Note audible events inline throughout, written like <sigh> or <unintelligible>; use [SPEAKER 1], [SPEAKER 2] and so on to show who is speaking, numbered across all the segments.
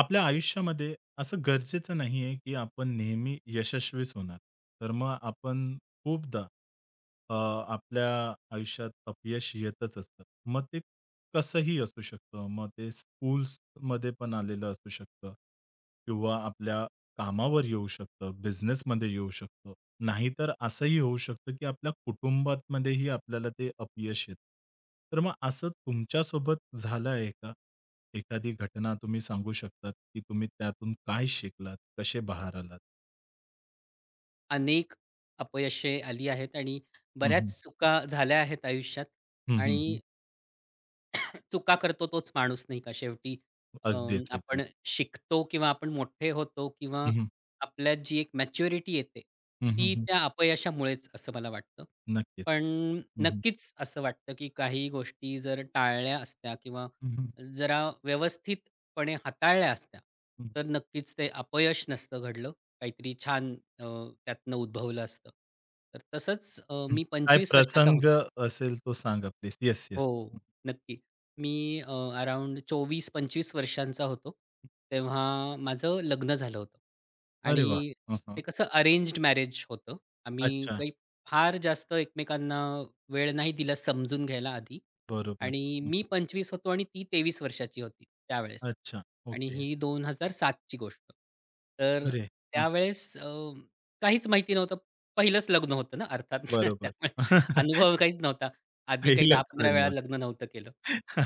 [SPEAKER 1] आपल्या आयुष्यामध्ये असं गरजेचं नाही आहे, की आपण नेहमी यशस्वीच होणार. तर मग आपण खूपदा अ, आपल्या आयुष्यात अपयश येतच असतं. मग ते कसंही असू शकतं. मग ते स्कूल्समध्ये पण आलेलं असू शकतं किंवा आपल्या कामावर येऊ शकतं, बिझनेसमध्ये येऊ शकतं. नाहीतर असंही होऊ शकतं, की आपल्या कुटुंबामध्येही आपल्याला ते अपयश येतं. तर मग असं तुमच्यासोबत झालं आहे का? एखादी घटना तुम्ही सांगू शकतात, की तुम्ही त्यातून काय शिकलात? कसे बाहेर आलात?
[SPEAKER 2] अनेक अपयशे आली आहेत आणि
[SPEAKER 1] हं, हं.
[SPEAKER 2] बऱ्याच चुका झाल्या आहेत आयुष्यात.
[SPEAKER 1] हं, हं,
[SPEAKER 2] आणि
[SPEAKER 1] हं.
[SPEAKER 2] चुका करतो तोच माणूस नाही का शेवटी?
[SPEAKER 1] अगदीच, अगदीच.
[SPEAKER 2] आपण शिकतो किंवा आपण मोठे होतो किंवा
[SPEAKER 1] हं, हं.
[SPEAKER 2] आपल्यात जी एक मॅच्युरिटी येते
[SPEAKER 1] हं, हं,
[SPEAKER 2] ती
[SPEAKER 1] हं.
[SPEAKER 2] त्या अपयशामुळेच असं मला वाटतं.
[SPEAKER 1] नक्कीच.
[SPEAKER 2] पण
[SPEAKER 1] हं, हं.
[SPEAKER 2] नक्कीच असं वाटतं, की काही गोष्टी जर टाळल्या असत्या किंवा
[SPEAKER 1] हं, हं.
[SPEAKER 2] जरा व्यवस्थितपणे हाताळल्या असत्या,
[SPEAKER 1] हं,
[SPEAKER 2] तर नक्कीच ते अपयश नसतं घडलं. काहीतरी छान अ, त्यातनं उद्भवलं असतं. तर तसंच
[SPEAKER 1] हं.
[SPEAKER 2] मी
[SPEAKER 1] काय
[SPEAKER 2] 25 वर्षाचा
[SPEAKER 1] प्रसंग
[SPEAKER 2] होतो.
[SPEAKER 1] असेल तो सांगा प्लीज. Yes, yes.
[SPEAKER 2] हो, नक्की. मी अ, अराउंड 24-25 वर्षांचा होतो, तेव्हा माझं लग्न झालं होतं.
[SPEAKER 1] अरे वाह!
[SPEAKER 2] आणि
[SPEAKER 1] हं, हं.
[SPEAKER 2] ते कसं अरेंज्ड मॅरेज होतं. आम्ही
[SPEAKER 1] अच्छा.
[SPEAKER 2] काही फार जास्त एकमेकांना वेळ नाही दिला समजून घ्यायला आधी.
[SPEAKER 1] बरोबर.
[SPEAKER 2] आणि
[SPEAKER 1] हं,
[SPEAKER 2] मी
[SPEAKER 1] हं.
[SPEAKER 2] 25 होतो आणि ती 23 वर्षाची होती त्यावेळेस.
[SPEAKER 1] अच्छा.
[SPEAKER 2] आणि
[SPEAKER 1] ओके.
[SPEAKER 2] ही 2007 ची गोष्ट. तर
[SPEAKER 1] अरे! हं.
[SPEAKER 2] त्यावेळेस काहीच माहिती नव्हतं. पहिलंच लग्न होतं ना अर्थात. <laughs>
[SPEAKER 1] बरोबर.
[SPEAKER 2] त्यामुळे
[SPEAKER 1] <laughs>
[SPEAKER 2] अनुभव काहीच नव्हता. आधी काही
[SPEAKER 1] पहिलंच
[SPEAKER 2] 10-15 वेळा
[SPEAKER 1] लग्न.
[SPEAKER 2] लग्न नव्हतं केलं.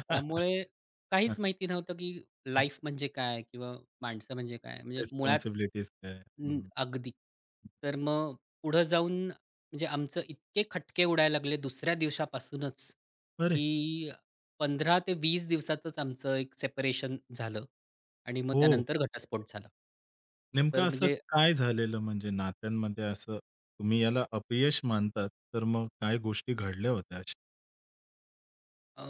[SPEAKER 2] त्यामुळे काहीच माहिती नव्हतं, की लाईफ म्हणजे काय किंवा माणसं म्हणजे काय? म्हणजे मुळात
[SPEAKER 1] रिस्पॉन्सिबिलिटीज <laughs> काय? हं.
[SPEAKER 2] अगदी. तर मग पुढं जाऊन म्हणजे आमचं इतके खटके उडायला लागले दुसऱ्या दिवसापासूनच,
[SPEAKER 1] अरे
[SPEAKER 2] की 15 ते 20 दिवसातच आमचं एक सेपरेशन झालं. आणि मग
[SPEAKER 1] हो.
[SPEAKER 2] त्यानंतर घटस्फोट झाला.
[SPEAKER 1] नेमकं
[SPEAKER 2] तर
[SPEAKER 1] असं
[SPEAKER 2] म्हणजे
[SPEAKER 1] काय झालेलं म्हणजे नात्यांमध्ये असं तुम्ही याला अपयश मानतात, तर मग काय गोष्टी घडल्या होत्या अशा?
[SPEAKER 2] अ,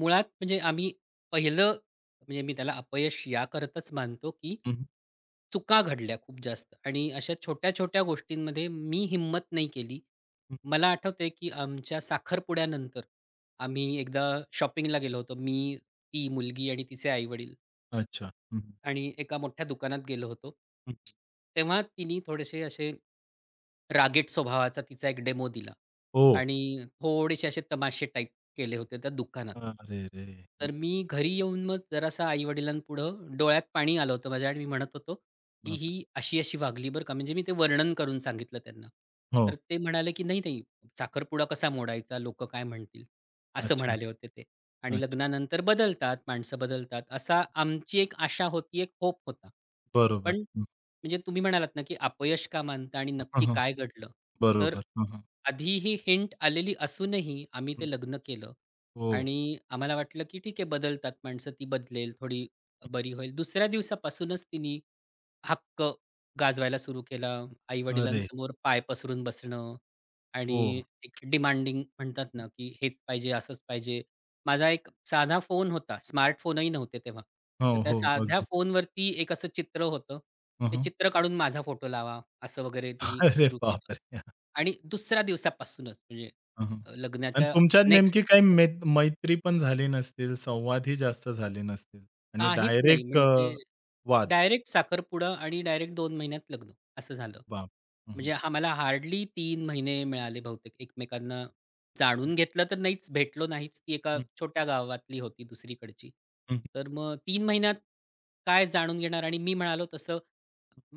[SPEAKER 2] मुळात म्हणजे आम्ही पहिलं म्हणजे मी त्याला अपयश याकरतच मानतो, की
[SPEAKER 1] हं, हं,
[SPEAKER 2] चुका घडल्या खूप जास्त आणि अशा छोट्या-छोट्या गोष्टींमध्ये मी हिंमत नाही केली.
[SPEAKER 1] हं.
[SPEAKER 2] मला आठवतंय, की आमच्या साखरपुड्यानंतर आम्ही एकदा शॉपिंगला गेलो होतो. मी, ती मुलगी आणि तिचे आई
[SPEAKER 1] अच्छा. हं, हं,
[SPEAKER 2] आणि एका मोठ्या दुकानात गेलो होतो.
[SPEAKER 1] हं.
[SPEAKER 2] तेव्हा तिनी थोडेसे असे रागेट स्वभावाचा तिचा एक डेमो दिला
[SPEAKER 1] ओह!
[SPEAKER 2] आणि थोडेसे असे तमाशे टाइप केले होते त्या दुकानात.
[SPEAKER 1] अरे रे! हं.
[SPEAKER 2] तर मी घरी येऊन मग जरासा आई-वडिलांपुढं डोळ्यात पाणी आलं होतं माझ्या आणि मी म्हणत होतो, की "ही
[SPEAKER 1] बापरे!
[SPEAKER 2] अशी-अशी वागली बरं का." म्हणजे मी ते वर्णन करून सांगितलं त्यांना.
[SPEAKER 1] हो.
[SPEAKER 2] तर ते म्हणाले, की "नाही, नाही, साखरपुडा कसा मोडायचा? लोकं काय म्हणतील?" असं
[SPEAKER 1] अच्छा,
[SPEAKER 2] म्हणाले होते ते. आणि
[SPEAKER 1] अच्छा.
[SPEAKER 2] लग्नानंतर बदलतात, माणसं बदलतात. असा आमची एक आशा होती, एक होप होता.
[SPEAKER 1] बरोबर.
[SPEAKER 2] पण
[SPEAKER 1] हं,
[SPEAKER 2] म्हणजे तुम्ही म्हणालात ना, की अपयश का मानता आणि
[SPEAKER 1] <laughs> हं,
[SPEAKER 2] नक्की
[SPEAKER 1] हं.
[SPEAKER 2] काय घडलं? तर
[SPEAKER 1] बरोबर. हं, हं.
[SPEAKER 2] आधी ही हिंट आलेली असूनही आम्ही
[SPEAKER 1] हं.
[SPEAKER 2] ते लग्न केलं
[SPEAKER 1] हो.
[SPEAKER 2] आणि आम्हाला वाटलं, की ठीक आहे बदलतात माणसं, ती बदलेल, थोडी
[SPEAKER 1] हं.
[SPEAKER 2] बरी होईल. दुसऱ्या दिवसापासूनच तिनी हक्क गाजवायला सुरू केला.
[SPEAKER 1] अरे!
[SPEAKER 2] आई-वडिलांसमोर पाय पसरून बसणं आणि
[SPEAKER 1] हो.
[SPEAKER 2] एक डिमांडिंग म्हणतात ना, की हेच पाहिजे, असंच पाहिजे. माझा एक साधा फोन होता. स्मार्टफोनही नव्हते तेव्हा. तर
[SPEAKER 1] हो,
[SPEAKER 2] त्या
[SPEAKER 1] हो.
[SPEAKER 2] साध्या
[SPEAKER 1] अगदी.
[SPEAKER 2] फोनवरती एक असं चित्र होतं.
[SPEAKER 1] हं,
[SPEAKER 2] ते
[SPEAKER 1] हं.
[SPEAKER 2] चित्र काढून माझा फोटो लावा, असं वगैरे
[SPEAKER 1] <laughs>
[SPEAKER 2] तिने
[SPEAKER 1] अरे
[SPEAKER 2] सुरू केलं.
[SPEAKER 1] बापरे!
[SPEAKER 2] आणि दुसऱ्या दिवसापासूनच म्हणजे
[SPEAKER 1] हं, हं. आणि
[SPEAKER 2] लग्नाच्या
[SPEAKER 1] तुमच्यात नेमकी
[SPEAKER 2] नेक्स्ट
[SPEAKER 1] काही मैत्री पण झाली नसतील, संवादही जास्त झाले नसतील आणि
[SPEAKER 2] काहीच नाही. म्हणजे
[SPEAKER 1] वाद.
[SPEAKER 2] डायरेक्ट साखरपुडा आणि डायरेक्ट 2 महिन्यात लग्न असं झालं.
[SPEAKER 1] बाप! हं, हं,
[SPEAKER 2] म्हणजे आम्हाला हार्डली 3 महिने मिळाले बहुतेक एकमेकांना
[SPEAKER 1] हं,
[SPEAKER 2] जाणून घेतलं तर नाहीच, भेटलो नाहीच. ती एका छोट्या गावातली होती दुसरीकडची. तर मग 3 महिन्यात काय जाणून घेणार आणि मी म्हणालो तसं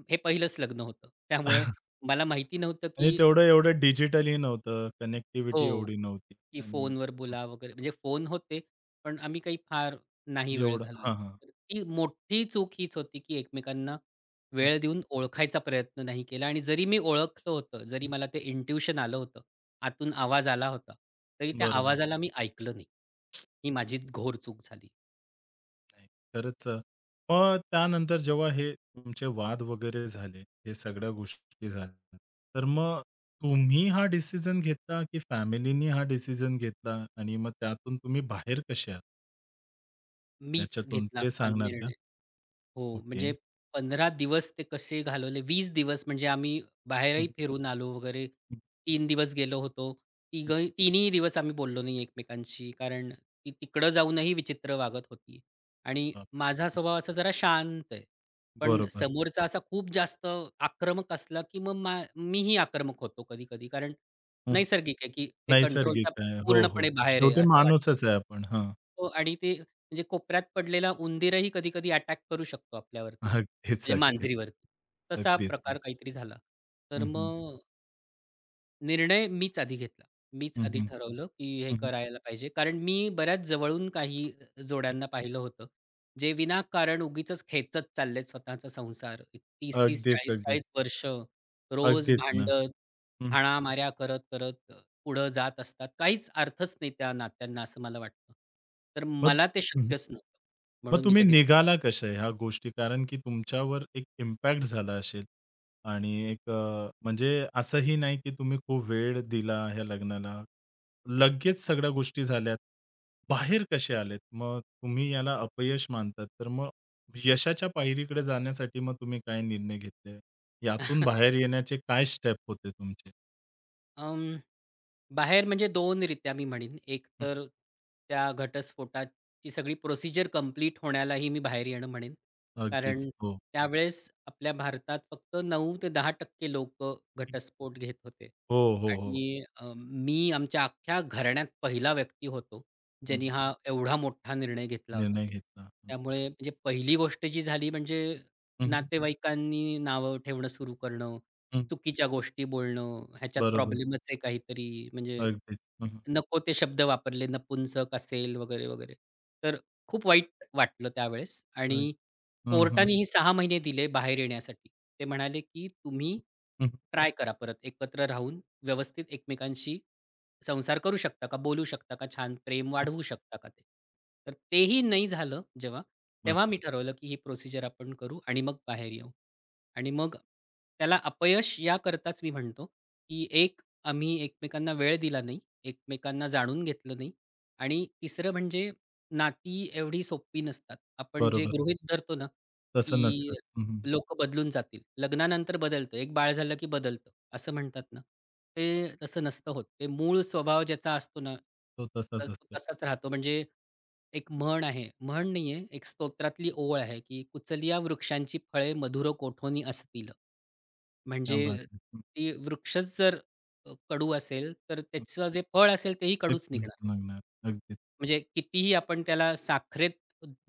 [SPEAKER 2] हे पहिलंच लग्न होतं. त्यामुळे
[SPEAKER 1] <laughs>
[SPEAKER 2] मला माहिती नव्हतं,
[SPEAKER 1] आणि
[SPEAKER 2] की
[SPEAKER 1] तेवढं एवढं डिजिटलही नव्हतं, कनेक्टिव्हिटी
[SPEAKER 2] हो.
[SPEAKER 1] एवढी नव्हती
[SPEAKER 2] की
[SPEAKER 1] आणि
[SPEAKER 2] फोनवर बोला वगैरे. म्हणजे फोन होते, पण आम्ही काही फार नाही वेळ
[SPEAKER 1] एवढं
[SPEAKER 2] घालवला.
[SPEAKER 1] हां, हां.
[SPEAKER 2] तर ती मोठी चूक हीच होती, की एकमेकांना
[SPEAKER 1] हं,
[SPEAKER 2] वेळ देऊन ओळखायचा प्रयत्न नाही केला आणि जरी मी ओळखलं होतं, जरी
[SPEAKER 1] हं.
[SPEAKER 2] मला ते इंट्युशन आलं होतं, आतून आवाज आला होता, तरी त्या
[SPEAKER 1] बरोबर.
[SPEAKER 2] आवाजाला मी ऐकलं नाही. ही माझी घोर चूक झाली.
[SPEAKER 1] नाही. खरंच अ, मग त्यानंतर जेव्हा हे तुमचे वाद वगैरे झाले, हे सगळ्या गोष्टी झाल्या, तर मग तुम्ही हा डिसिजन घेतला, की फॅमिलीनी हा डिसिजन घेतला आणि मग त्यातून तुम्ही बाहेर कसे आहात?
[SPEAKER 2] मीच
[SPEAKER 1] त्याच्यातून
[SPEAKER 2] घेतला
[SPEAKER 1] ते
[SPEAKER 2] हा
[SPEAKER 1] सांगणार का?
[SPEAKER 2] निर्णय. हो,
[SPEAKER 1] ओके.
[SPEAKER 2] म्हणजे 15 दिवस ते कसे घालवले, 20 दिवस म्हणजे आम्ही
[SPEAKER 1] हं,
[SPEAKER 2] बाहेरही फिरून आलो वगैरे.
[SPEAKER 1] हं,
[SPEAKER 2] 3 दिवस गेलो होतो.
[SPEAKER 1] हं.
[SPEAKER 2] तिघंही तिन्ही दिवस आम्ही बोललो नाही एकमेकांशी, कारण ती तिकडं जाऊनही विचित्र वागत होती. आणि माझा स्वभाव असा जरा शांत आहे. पण
[SPEAKER 1] बरोबर.
[SPEAKER 2] समोरचा असा खूप जास्त आक्रमक असला, की मग मीही आक्रमक होतो कधी-कधी. कारण
[SPEAKER 1] हं.
[SPEAKER 2] नैसर्गिक आहे, की हे
[SPEAKER 1] नैसर्गिक
[SPEAKER 2] कंट्रोलच्या
[SPEAKER 1] आहे. हो, हो.
[SPEAKER 2] पूर्णपणे बाहेर आहे
[SPEAKER 1] शेवटी
[SPEAKER 2] असं वाटतं.
[SPEAKER 1] माणूसच आहे आपण. हां.
[SPEAKER 2] हो आणि ते म्हणजे कोपऱ्यात पडलेला उंदीरही कधी-कधी अटॅक करू शकतो आपल्यावरती ना,
[SPEAKER 1] अगदीच,
[SPEAKER 2] म्हणजे
[SPEAKER 1] अगदीच.
[SPEAKER 2] मांजरीवरती. तसा
[SPEAKER 1] अगदीच.
[SPEAKER 2] प्रकार काहीतरी झाला. तर
[SPEAKER 1] हं, हं.
[SPEAKER 2] मग निर्णय मीच आधी घेतला. मीच
[SPEAKER 1] हं,
[SPEAKER 2] आधी
[SPEAKER 1] हं.
[SPEAKER 2] ठरवलं, की हे करायला पाहिजे. कारण मी बऱ्याच जवळून काही जोड्यांना पाहिलं होतं. जे विनाकारण उगीचच खेचत चाललेत स्वतःचा संसार. एक तीस, तीस,
[SPEAKER 1] अगदीच, अगदीच.
[SPEAKER 2] 40-40 वर्ष रोज
[SPEAKER 1] अगदीच ना.
[SPEAKER 2] भांडत,
[SPEAKER 1] हं.
[SPEAKER 2] हाणामाऱ्या करत-करत पुढं जात असतात. काहीच अर्थच नाही त्या नात्यांना असं मला वाटतं. तर
[SPEAKER 1] मग
[SPEAKER 2] मला ते शक्यच नव्हतं.
[SPEAKER 1] मग
[SPEAKER 2] म्हणून मी
[SPEAKER 1] तुम्ही
[SPEAKER 2] ते डिस
[SPEAKER 1] निघाला कशा ह्या गोष्टी? कारण की तुमच्यावर एक इम्पॅक्ट झाला असेल आणि म्हणजे असंही नाही की तुम्ही खूप वेळ दिला ह्या लग्नाला. लगेच सगळ्या गोष्टी झाल्यात. बाहेर कसे आलेत? मग तुम्ही याला अपयश मानतात, तर मग यशाच्या पायरीकडे जाण्यासाठी मग तुम्ही काय निर्णय घेतले? यातून
[SPEAKER 2] <laughs>
[SPEAKER 1] बाहेर येण्याचे काय स्टेप होते तुमचे?
[SPEAKER 2] अं, बाहेर म्हणजे 2 रित्या मी म्हणीन. एक
[SPEAKER 1] हं.
[SPEAKER 2] तर त्या घटस्फोटाची सगळी प्रोसिजर कंप्लीट होण्यालाही मी बाहेर येणं म्हणेन.
[SPEAKER 1] अगदीच.
[SPEAKER 2] कारण
[SPEAKER 1] हो.
[SPEAKER 2] त्यावेळेस आपल्या भारतात फक्त 9 ते 10% लोकं घटस्फोट घेत होते.
[SPEAKER 1] हो, हो, हो.
[SPEAKER 2] आणि मी आमच्या अख्ख्या घराण्यात पहिला व्यक्ती होतो,
[SPEAKER 1] हं,
[SPEAKER 2] ज्यांनी
[SPEAKER 1] हं.
[SPEAKER 2] हा एवढा मोठा निर्णय घेतला होता.
[SPEAKER 1] निर्णय घेतला. हं,
[SPEAKER 2] त्यामुळे म्हणजे पहिली गोष्ट जी झाली म्हणजे
[SPEAKER 1] हं, हं.
[SPEAKER 2] नातेवाईकांनी नावं ठेवणं सुरू करणं चुकीच्या गोष्टी बोलणं, ह्याच्यात
[SPEAKER 1] बरोबर.
[SPEAKER 2] प्रॉब्लेमच आहे काहीतरी, म्हणजे
[SPEAKER 1] अगदीच. हं, हं.
[SPEAKER 2] नको ते शब्द वापरले, नपुंसक असेल वगैरे, वगैरे. तर खूप वाईट वाटलं त्यावेळेस आणि
[SPEAKER 1] हं, हं.
[SPEAKER 2] कोर्टानेही 6 महिने दिले बाहेर येण्यासाठी. ते म्हणाले, की तुम्ही
[SPEAKER 1] हं,
[SPEAKER 2] ट्राय करा परत एकत्र राहून व्यवस्थित एकमेकांशी संसार करू शकता का? बोलू शकता का? छान प्रेम
[SPEAKER 1] हं.
[SPEAKER 2] वाढवू शकता का ते? तर तेही नाही झालं जेव्हा, तेव्हा मी
[SPEAKER 1] बापरे!
[SPEAKER 2] ठरवलं, की ही प्रोसिजर आपण करू आणि मग बाहेर येऊ. आणि मग त्याला अपयश याकरताच मी म्हणतो, की एक आम्ही एकमेकांना वेळ दिला नाही, एकमेकांना जाणून घेतलं नाही आणि तिसरं म्हणजे नाती एवढी सोपी नसतात. आपण जे
[SPEAKER 1] बरोबर.
[SPEAKER 2] गृहीत धरतो ना,
[SPEAKER 1] तसं नसतं.
[SPEAKER 2] की
[SPEAKER 1] हं, हं.
[SPEAKER 2] लोक बदलून जातील. लग्नानंतर बदलतं. एक बाळ झालं की बदलतं. असं म्हणतात ना, ते तसं नसतं होत. ते मूळ स्वभाव ज्याचा असतो ना,
[SPEAKER 1] तो तसाच
[SPEAKER 2] तर तो
[SPEAKER 1] असतो.
[SPEAKER 2] तसाच राहतो. म्हणजे एक म्हण आहे, म्हण नाहीये, एक स्तोत्रातली ओळ आहे, की "कुचलिया वृक्षांची फळे मधुर कोठोनी असतील."
[SPEAKER 1] क्या
[SPEAKER 2] म्हणजे
[SPEAKER 1] बात है! हं,
[SPEAKER 2] ती वृक्षच जर कडू असेल, तर
[SPEAKER 1] हं.
[SPEAKER 2] त्याचं जे फळ असेल तेही कडूच
[SPEAKER 1] तेच <unintelligible>
[SPEAKER 2] निघणार.
[SPEAKER 1] लागणार. अगदीच.
[SPEAKER 2] म्हणजे कितीही आपण त्याला साखरेत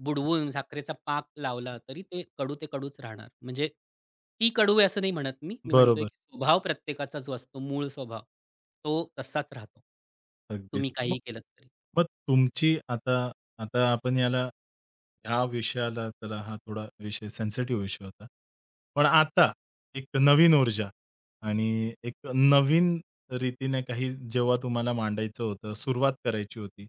[SPEAKER 2] बुडवून साखरेचा पाक लावला तरी ते कडू ते कडूच राहणार. म्हणजे ती कडू आहे असं नाही म्हणत मी. मी म्हणतोय
[SPEAKER 1] बरोबर.
[SPEAKER 2] की स्वभाव प्रत्येकाचा जो असतो मूळ स्वभाव, तो तसाच राहतो.
[SPEAKER 1] अगदीच.
[SPEAKER 2] तुम्ही
[SPEAKER 1] मग
[SPEAKER 2] काहीही केलत तरी.
[SPEAKER 1] मग तुमची आता आता आपण याला ह्या विषयाला चला हा थोडा विषय सेन्सिटिव्ह विषय होता. पण आता एक नवीन ऊर्जा आणि एक नवीन रीतीने काही जेव्हा तुम्हाला मांडायचं होतं, सुरुवात करायची होती.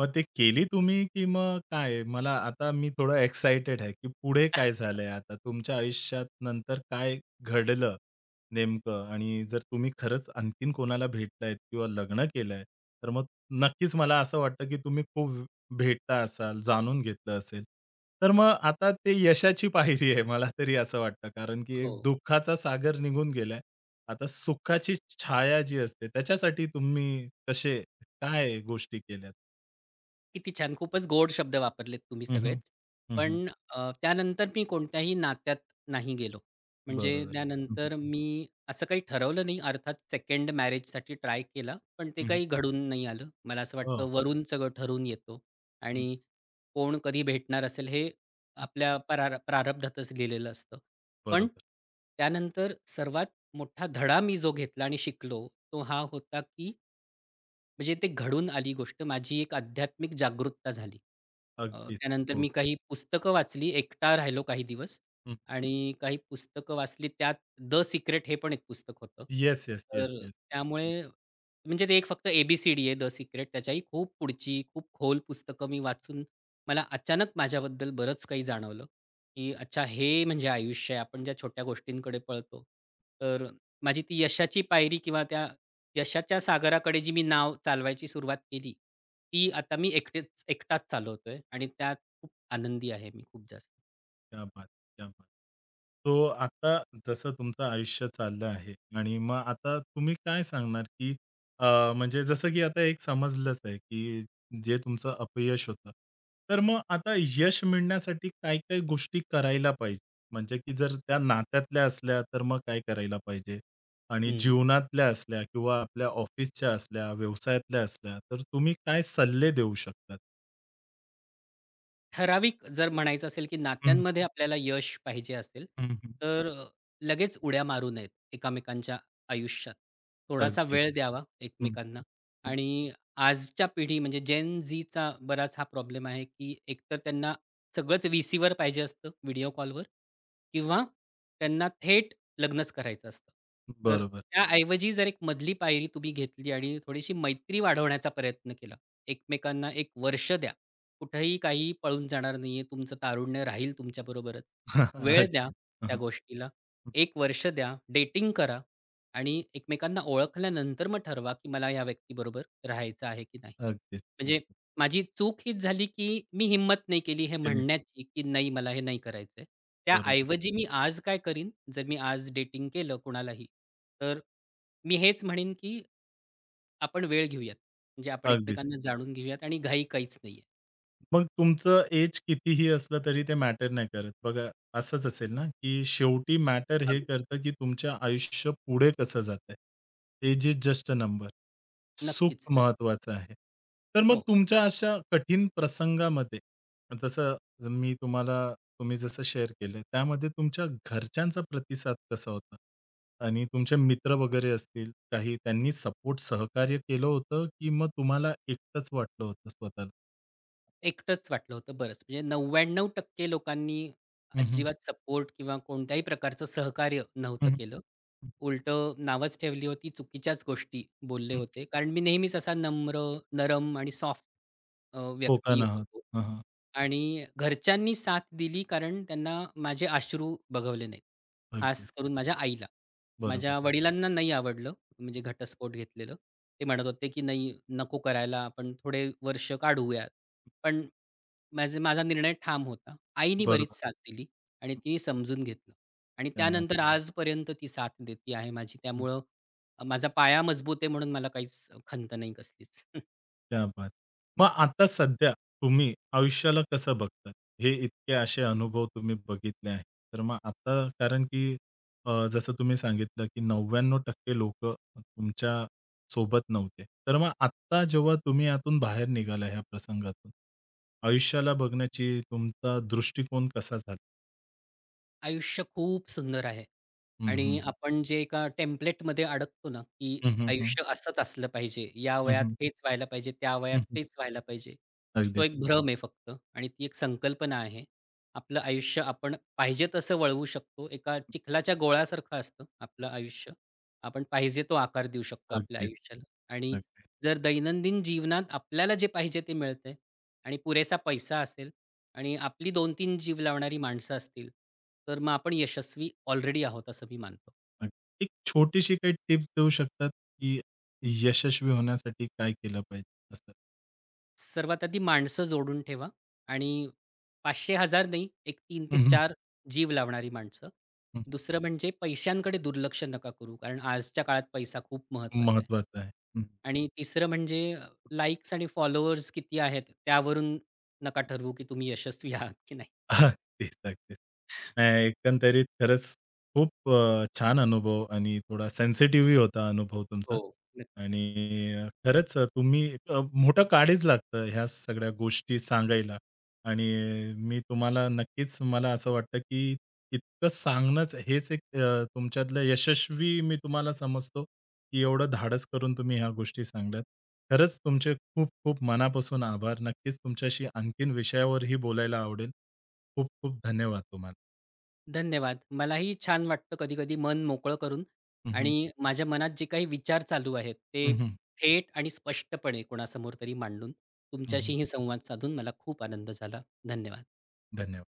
[SPEAKER 1] मग ते केली तुम्ही की मग काय? मला आता मी थोडं एक्साइटेड आहे की पुढे काय
[SPEAKER 2] <laughs>
[SPEAKER 1] झालंय आता? तुमच्या आयुष्यात नंतर काय घडलं? नेमकं आणि जर तुम्ही खरंच आणखीन कोणाला भेटलाय किंवा लग्न केलंय, तर मग नक्कीच मला असं वाटतं, की तुम्ही खूप भेटला असाल, जाणून घेतलं असेल. तर मग आता ते यशाची <laughs> पायरी आहे मला तरी असं वाटतं. कारण की
[SPEAKER 2] हो.
[SPEAKER 1] एक दुःखाचा सागर निघून गेलाय. आता सुखाची छाया जी असते त्याच्यासाठी तुम्ही कसे काय गोष्टी केल्यात?
[SPEAKER 2] किती छान. खूपच गोड शब्द वापरलेत तुम्ही
[SPEAKER 1] हं, हं.
[SPEAKER 2] सगळेच.
[SPEAKER 1] हं,
[SPEAKER 2] पण
[SPEAKER 1] हं.
[SPEAKER 2] त्यानंतर मी कोणत्याही नात्यात नाही गेलो. म्हणजे
[SPEAKER 1] बरोबर. हं, हं.
[SPEAKER 2] त्यानंतर मी असं काही ठरवलं नाही. अर्थात सेकंड मॅरेजसाठी ट्राय केला, पण ते काही घडून नाही आलं. मला असं
[SPEAKER 1] हो.
[SPEAKER 2] वाटतं वरून सगळं ठरून येतो
[SPEAKER 1] हं,
[SPEAKER 2] आणि कोण कधी भेटणार असेल हे आपल्या प्रारब्धातच लिहिलेलं असतं. पण
[SPEAKER 1] बरोबर.
[SPEAKER 2] त्यानंतर सर्वात मोठा धडा मी जो घेतला आणि शिकलो, तो हा होता की म्हणजे ते घडून आली गोष्ट. माझी एक आध्यात्मिक जागरूकता झाली.
[SPEAKER 1] अगदीच.
[SPEAKER 2] त्यानंतर
[SPEAKER 1] हो,
[SPEAKER 2] मी
[SPEAKER 1] हो.
[SPEAKER 2] काही पुस्तकं वाचली. एकटा राहिलो काही दिवस आणि काही पुस्तकं वाचली. त्यात द सिक्रेट हे पण एक पुस्तक होतं.
[SPEAKER 1] येस, येस, येस,
[SPEAKER 2] तर
[SPEAKER 1] येस.
[SPEAKER 2] त्यामुळे म्हणजे ते एक फक्त आहे द सिक्रेट. त्याच्याही खूप पुढची, खूप खोल पुस्तकं मी वाचून मला अचानक माझ्याबद्दल बरंच काही जाणवलं, की अच्छा हे म्हणजे आयुष्य आहे. आपण ज्या छोट्या गोष्टींकडे पळतो. तर माझी ती यशाची पायरी किंवा त्या यशाच्या सागराकडे जी मी नाव चालवायची सुरुवात केली, ती आता मी एकटाच चालवतोय आणि त्यात खूप आनंदी आहे मी खूप जास्त.
[SPEAKER 1] क्या बात! क्या बात! सो आता जसं तुमचं आयुष्य चाललं आहे आणि मग आता तुम्ही काय सांगणार, की म्हणजे जसं की आता एक समजलंच आहे, की जे तुमचं अपयश होतं. तर मग आता यश मिळण्यासाठी काय-काय गोष्टी करायला पाहिजे? म्हणजे की जर त्या नात्यातल्या असल्या, तर मग काय करायला पाहिजे? आणि
[SPEAKER 2] हं.
[SPEAKER 1] जीवनातल्या असल्या किंवा आपल्या ऑफिसच्या असल्या, व्यवसायातल्या असल्या, तर तुम्ही काय सल्ले देऊ शकतात?
[SPEAKER 2] ठराविक जर म्हणायचं असेल, की
[SPEAKER 1] हं,
[SPEAKER 2] नात्यांमध्ये आपल्याला यश पाहिजे असेल,
[SPEAKER 1] हं, हं.
[SPEAKER 2] तर लगेच उड्या मारू नयेत एकमेकांच्या आयुष्यात. थोडासा वेळ
[SPEAKER 1] अगदीच.
[SPEAKER 2] द्यावा
[SPEAKER 1] हं, हं,
[SPEAKER 2] एकमेकांना
[SPEAKER 1] हं.
[SPEAKER 2] आणि आजच्या पिढी म्हणजे जेन झीचा बराच हा प्रॉब्लेम आहे, की एकतर त्यांना सगळंच व्हीसीवर पाहिजे असतं, व्हिडिओ कॉलवर किंवा त्यांना थेट लग्नच करायचं असतं. तर
[SPEAKER 1] बरोबर.
[SPEAKER 2] त्याऐवजी जर एक मधली पायरी तुम्ही घेतली आणि थोडीशी मैत्री वाढवण्याचा प्रयत्न केला, एकमेकांना 1 वर्ष द्या. कुठेही काहीही पळून जाणार नाहीये. तुमचं तारुण्य राहील तुमच्याबरोबरच.
[SPEAKER 1] <laughs>
[SPEAKER 2] वेळ द्या
[SPEAKER 1] अगदी. हं,
[SPEAKER 2] त्या
[SPEAKER 1] हं.
[SPEAKER 2] गोष्टीला. एक वर्ष द्या, डेटिंग करा आणि एकमेकांना ओळखल्यानंतर मग ठरवा, की मला या व्यक्तीबरोबर राहायचं आहे की नाही.
[SPEAKER 1] अगदीच,
[SPEAKER 2] म्हणजे
[SPEAKER 1] अगदीच.
[SPEAKER 2] माझी चूक हीच झाली, की मी हिंमत नाही केली हे
[SPEAKER 1] केली.
[SPEAKER 2] म्हणण्याची, की नाही मला हे नाही करायचंय.
[SPEAKER 1] बरोबर.
[SPEAKER 2] त्याऐवजी मी आज काय करीन, जर मी आज डेटिंग केलं कोणालाही, तर मी हेच म्हणेन, की आपण वेळ घेऊयात. म्हणजे आपण
[SPEAKER 1] अगदीच.
[SPEAKER 2] एकमेकांना जाणून घेऊयात आणि घाई काहीच नाहीये.
[SPEAKER 1] मग तुमचं एज कितीही असलं तरी ते मॅटर नाही करत. बघा असंच असेल ना, की शेवटी मॅटर हे करतं, की तुमच्या आयुष्य पुढे कसं जातंय. Age is just a number. सुख
[SPEAKER 2] नक्कीच, नक्की.
[SPEAKER 1] महत्वाचं आहे. तर मग
[SPEAKER 2] हो.
[SPEAKER 1] तुमच्या अशा कठीण प्रसंगामध्ये, जसं मी तुम्हाला तुम्ही जसं शेअर केलं, त्यामध्ये तुमच्या घरच्यांचा प्रतिसाद कसा होता? आणि तुमचे मित्र वगैरे असतील काही, त्यांनी सपोर्ट सहकार्य केलं होतं, की मग तुम्हाला एकटंच वाटलं होतं स्वतःला?
[SPEAKER 2] एकटंच वाटलं होतं बरंच. म्हणजे 99% लोकांनी
[SPEAKER 1] हं, हं.
[SPEAKER 2] अजिबात सपोर्ट किंवा कोणत्याही प्रकारचं सहकार्य
[SPEAKER 1] हं,
[SPEAKER 2] नव्हतं
[SPEAKER 1] हं.
[SPEAKER 2] केलं. उलटं नावच ठेवली होती, चुकीच्याच गोष्टी बोलले
[SPEAKER 1] हं.
[SPEAKER 2] होते. कारण मी नेहमीच असा नम्र, नरम आणि सॉफ्ट व्यक्ती
[SPEAKER 1] पोकाण आहात.
[SPEAKER 2] होतो.
[SPEAKER 1] हां, हां.
[SPEAKER 2] आणि घरच्यांनी साथ दिली कारण त्यांना माझे अश्रू बघवले नाहीत. खास
[SPEAKER 1] अगदीच.
[SPEAKER 2] करून माझ्या आईला.
[SPEAKER 1] बरोबर.
[SPEAKER 2] माझ्या वडिलांना नाही आवडलं म्हणजे घटस्फोट घेतलेलं. ते म्हणत होते, की "नाही, नको करायला. आपण थोडे वर्ष काढूयात." पण माझा निर्णय ठाम होता. आईनी बरीच
[SPEAKER 1] बरोबर.
[SPEAKER 2] साथ दिली आणि तिने समजून घेतलं. आणि
[SPEAKER 1] त्या
[SPEAKER 2] त्यानंतर आजपर्यंत ती साथ देते आहे माझी. त्यामुळं माझा पाया मजबूत आहे म्हणून मला काहीच खंत नाही कसलीच.
[SPEAKER 1] क्या बात! मग आता सध्या तुम्ही आयुष्याला कसं बघता? हे इतके असे अनुभव तुम्ही बघितले आहेत. तर मग आता कारण की जसं तुम्ही सांगितलं की 99% लोकं तुमच्या सोबत नव्हते. तर मग आत्ता जेव्हा तुम्ही यातून बाहेर निघाला ह्या प्रसंगातून, आयुष्याला बघण्याची तुमचा दृष्टिकोन कसा झाला?
[SPEAKER 2] आयुष्य खूप सुंदर आहे
[SPEAKER 1] हं,
[SPEAKER 2] आणि
[SPEAKER 1] हं, हं.
[SPEAKER 2] आपण जे एका टेम्प्लेटमध्ये अडकतो ना, की
[SPEAKER 1] हं, हं, हं.
[SPEAKER 2] आयुष्य असंच असलं पाहिजे, या
[SPEAKER 1] हं,
[SPEAKER 2] वयात
[SPEAKER 1] हं.
[SPEAKER 2] हेच व्हायला पाहिजे, त्या वयात तेच व्हायला पाहिजे. तो
[SPEAKER 1] अगदीच,
[SPEAKER 2] एक भ्रम आहे फक्त आणि ती एक संकल्पना आहे. आपलं आयुष्य आपण पाहिजे तसं वळवू शकतो. एका चिखलाच्या गोळासारखं असतं आपलं आयुष्य. आपण पाहिजे तो आकार देऊ शकतो आपल्या
[SPEAKER 1] अगदीच.
[SPEAKER 2] आयुष्याला आणि
[SPEAKER 1] अगदी.
[SPEAKER 2] जर दैनंदिन जीवनात आपल्याला जे पाहिजे ते मिळतंय आणि पुरेसा पैसा असेल, आणि आपली 2 तीन जीव लावणारी माणसं असतील, तर मग आपण यशस्वी ऑलरेडी आहोत असं मी मानतो.
[SPEAKER 1] अ, एक छोटीशी काही टिप्स देऊ शकतात, की यशस्वी होण्यासाठी काय केलं पाहिजे? असं.
[SPEAKER 2] सर्वात आधी माणसं जोडून ठेवा आणि 500 हजार नाही, एक तीन ते
[SPEAKER 1] हं, हं,
[SPEAKER 2] चार जीव लावणारी माणसं.
[SPEAKER 1] हं.
[SPEAKER 2] दुसरं म्हणजे पैशांकडे दुर्लक्ष नका करू, कारण आजच्या काळात पैसा खूप महत्त्वाचा आहे.
[SPEAKER 1] महत्वाचं आहे. हं.
[SPEAKER 2] आणि तिसरं म्हणजे आणि फॉलोअर्स किती आहेत त्यावरून नका ठरवू, की तुम्ही यशस्वी आहात की नाही.
[SPEAKER 1] अगदीच, अगदीच. नाही एकंदरीत खरंच खूप छान अनुभव आणि थोडा सेन्सिटिव्हही होता अनुभव तुमचा.
[SPEAKER 2] हो. नक्कीच.
[SPEAKER 1] आणि खरंच तुम्ही मोठं काळीज लागतं ह्या सगळ्या गोष्टी सांगायला आणि मी तुम्हाला नक्कीच मला असं वाटतं, की इतकं सांगणंच हेच तुमच्यातलं यशस्वी मी तुम्हाला समजतो, की एवढं धाडस करून तुम्ही ह्या गोष्टी सांगल्यात. खरंच तुमचे खूप खूप मनापासून आभार. नक्कीच तुमच्याशी आणखीन विषयावरही बोलायला आवडेल. खूप खूप धन्यवाद तुम्हाला.
[SPEAKER 2] धन्यवाद. मलाही छान वाटतं कधी-कधी मन मोकळं करून
[SPEAKER 1] हं, हं.
[SPEAKER 2] आणि माझ्या मनात जे काही विचार चालू आहेत, ते
[SPEAKER 1] हं,
[SPEAKER 2] थेट आणि स्पष्टपणे कोणासमोर तरी मांडून तुमच्याशीही संवाद साधून मला खूप आनंद झाला. धन्यवाद.
[SPEAKER 1] धन्यवाद.